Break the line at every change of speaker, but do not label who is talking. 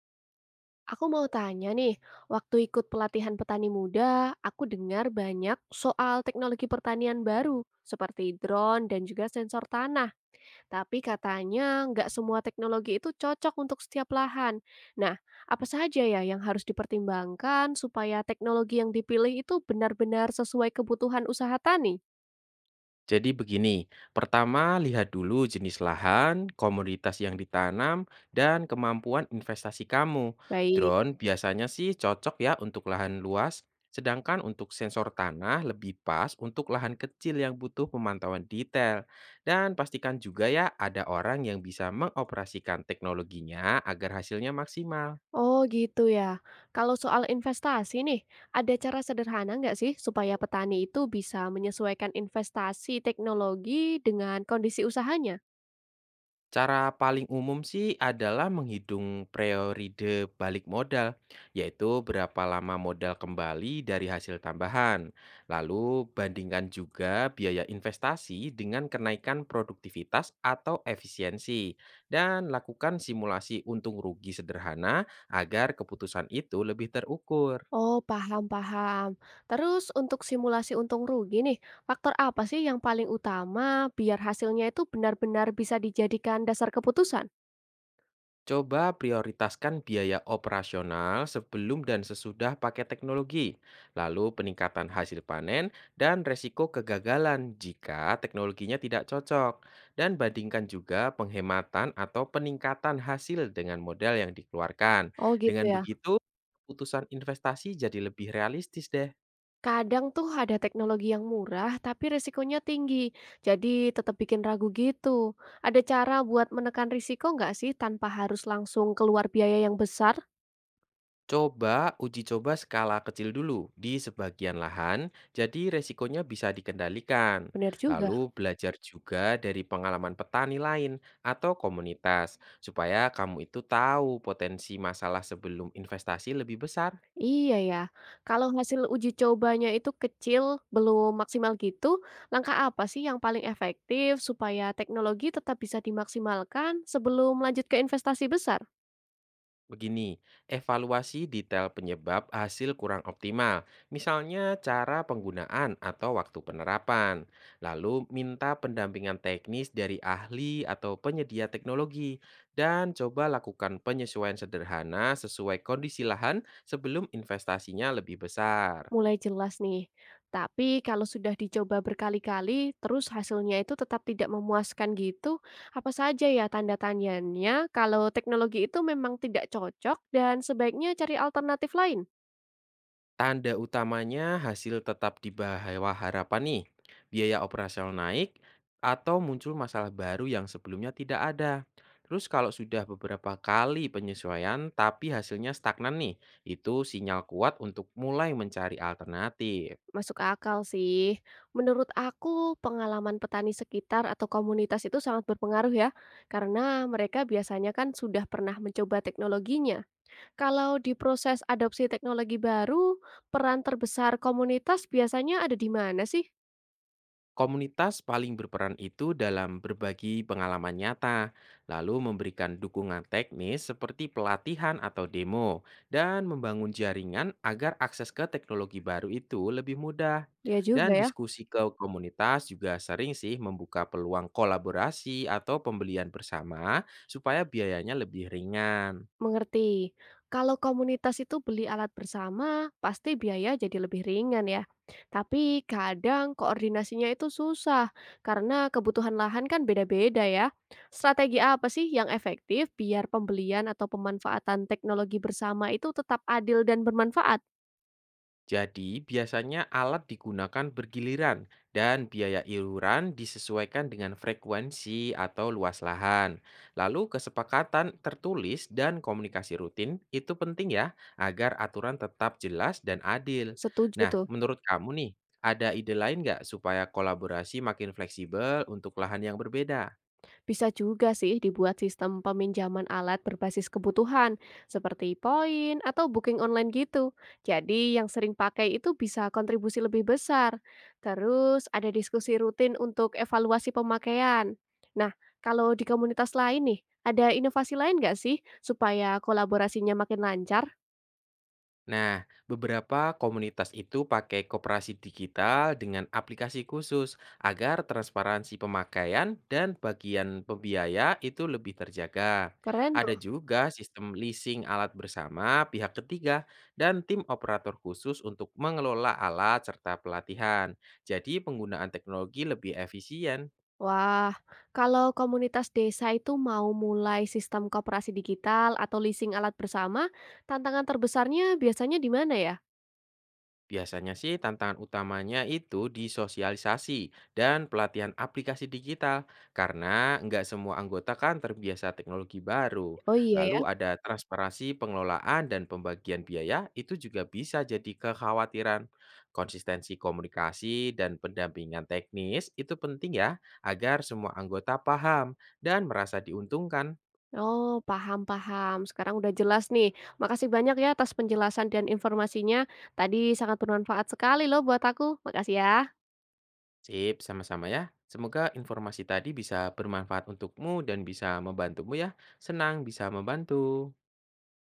Aku mau tanya nih, waktu ikut pelatihan petani muda, aku dengar banyak soal teknologi pertanian baru, seperti drone dan juga sensor tanah. Tapi katanya nggak semua teknologi itu cocok untuk setiap lahan. Nah, apa saja ya yang harus dipertimbangkan supaya teknologi yang dipilih itu benar-benar sesuai kebutuhan usaha tani?
Jadi begini, pertama lihat dulu jenis lahan, komoditas yang ditanam, dan kemampuan investasi kamu.
Baik.
Drone biasanya sih cocok ya untuk lahan luas, sedangkan untuk sensor tanah lebih pas untuk lahan kecil yang butuh pemantauan detail. Dan pastikan juga ya ada orang yang bisa mengoperasikan teknologinya agar hasilnya maksimal.
Oh gitu ya. Kalau soal investasi nih, ada cara sederhana nggak sih supaya petani itu bisa menyesuaikan investasi teknologi dengan kondisi usahanya?
Cara paling umum sih adalah menghitung periode balik modal, yaitu berapa lama modal kembali dari hasil tambahan. Lalu bandingkan juga biaya investasi dengan kenaikan produktivitas atau efisiensi dan lakukan simulasi untung rugi sederhana agar keputusan itu lebih terukur.
Oh paham-paham. Terus untuk simulasi untung rugi nih, faktor apa sih yang paling utama biar hasilnya itu benar-benar bisa dijadikan dasar keputusan?
Coba prioritaskan biaya operasional sebelum dan sesudah pakai teknologi, lalu peningkatan hasil panen dan resiko kegagalan jika teknologinya tidak cocok, dan bandingkan juga penghematan atau peningkatan hasil dengan modal yang dikeluarkan.
Oh gitu
Dengan
ya.
begitu, keputusan investasi jadi lebih realistis deh.
Kadang tuh ada teknologi yang murah tapi risikonya tinggi, jadi tetap bikin ragu gitu. Ada cara buat menekan risiko nggak sih tanpa harus langsung keluar biaya yang besar?
Coba uji coba skala kecil dulu di sebagian lahan, jadi resikonya bisa dikendalikan.
Benar juga.
Lalu belajar juga dari pengalaman petani lain atau komunitas, supaya kamu itu tahu potensi masalah sebelum investasi lebih besar.
Iya ya, kalau hasil uji cobanya itu kecil, belum maksimal gitu, langkah apa sih yang paling efektif supaya teknologi tetap bisa dimaksimalkan sebelum lanjut ke investasi besar?
Begini, evaluasi detail penyebab hasil kurang optimal, misalnya cara penggunaan atau waktu penerapan. Lalu minta pendampingan teknis dari ahli atau penyedia teknologi dan coba lakukan penyesuaian sederhana sesuai kondisi lahan sebelum investasinya lebih besar.
Mulai jelas nih. Tapi kalau sudah dicoba berkali-kali, terus hasilnya itu tetap tidak memuaskan gitu, apa saja ya tanda tanyanya kalau teknologi itu memang tidak cocok dan sebaiknya cari alternatif lain?
Tanda utamanya hasil tetap di bawah harapan nih, biaya operasional naik, atau muncul masalah baru yang sebelumnya tidak ada. Terus kalau sudah beberapa kali penyesuaian tapi hasilnya stagnan nih, itu sinyal kuat untuk mulai mencari alternatif.
Masuk akal sih. Menurut aku, pengalaman petani sekitar atau komunitas itu sangat berpengaruh ya, karena mereka biasanya kan sudah pernah mencoba teknologinya. Kalau di proses adopsi teknologi baru, peran terbesar komunitas biasanya ada di mana sih?
Komunitas paling berperan itu dalam berbagi pengalaman nyata, lalu memberikan dukungan teknis seperti pelatihan atau demo, dan membangun jaringan agar akses ke teknologi baru itu lebih mudah.
Iya juga
Dan
ya,
diskusi ke komunitas juga sering sih membuka peluang kolaborasi atau pembelian bersama supaya biayanya lebih ringan.
mengerti. Kalau komunitas itu beli alat bersama, pasti biaya jadi lebih ringan ya. Tapi kadang koordinasinya itu susah karena kebutuhan lahan kan beda-beda ya. Strategi apa sih yang efektif biar pembelian atau pemanfaatan teknologi bersama itu tetap adil dan bermanfaat?
Jadi, biasanya alat digunakan bergiliran dan biaya iuran disesuaikan dengan frekuensi atau luas lahan. Lalu, kesepakatan tertulis dan komunikasi rutin itu penting ya, agar aturan tetap jelas dan adil.
Setuju
Nah,
tuh.
menurut kamu nih, ada ide lain nggak supaya kolaborasi makin fleksibel untuk lahan yang berbeda?
Bisa juga sih dibuat sistem peminjaman alat berbasis kebutuhan, seperti poin atau booking online gitu. Jadi yang sering pakai itu bisa kontribusi lebih besar. Terus ada diskusi rutin untuk evaluasi pemakaian. Nah, kalau di komunitas lain nih, ada inovasi lain nggak sih supaya kolaborasinya makin lancar?
Nah, beberapa komunitas itu pakai koperasi digital dengan aplikasi khusus agar transparansi pemakaian dan bagian pembiaya itu lebih terjaga.
Keren tuh.
Ada juga sistem leasing alat bersama pihak ketiga dan tim operator khusus untuk mengelola alat serta pelatihan. Jadi penggunaan teknologi lebih efisien.
Wah, kalau komunitas desa itu mau mulai sistem koperasi digital atau leasing alat bersama, tantangan terbesarnya biasanya di mana ya?
Biasanya sih tantangan utamanya itu di sosialisasi dan pelatihan aplikasi digital karena nggak semua anggota kan terbiasa teknologi baru.
Oh iya ya.
Lalu ada transparansi pengelolaan dan pembagian biaya itu juga bisa jadi kekhawatiran. Konsistensi komunikasi dan pendampingan teknis itu penting ya agar semua anggota paham dan merasa diuntungkan.
Oh, paham-paham. Sekarang udah jelas nih. Makasih banyak ya atas penjelasan dan informasinya. Tadi sangat bermanfaat sekali loh buat aku. Makasih ya.
Sip, sama-sama ya. Semoga informasi tadi bisa bermanfaat untukmu dan bisa membantumu ya. Senang bisa membantu.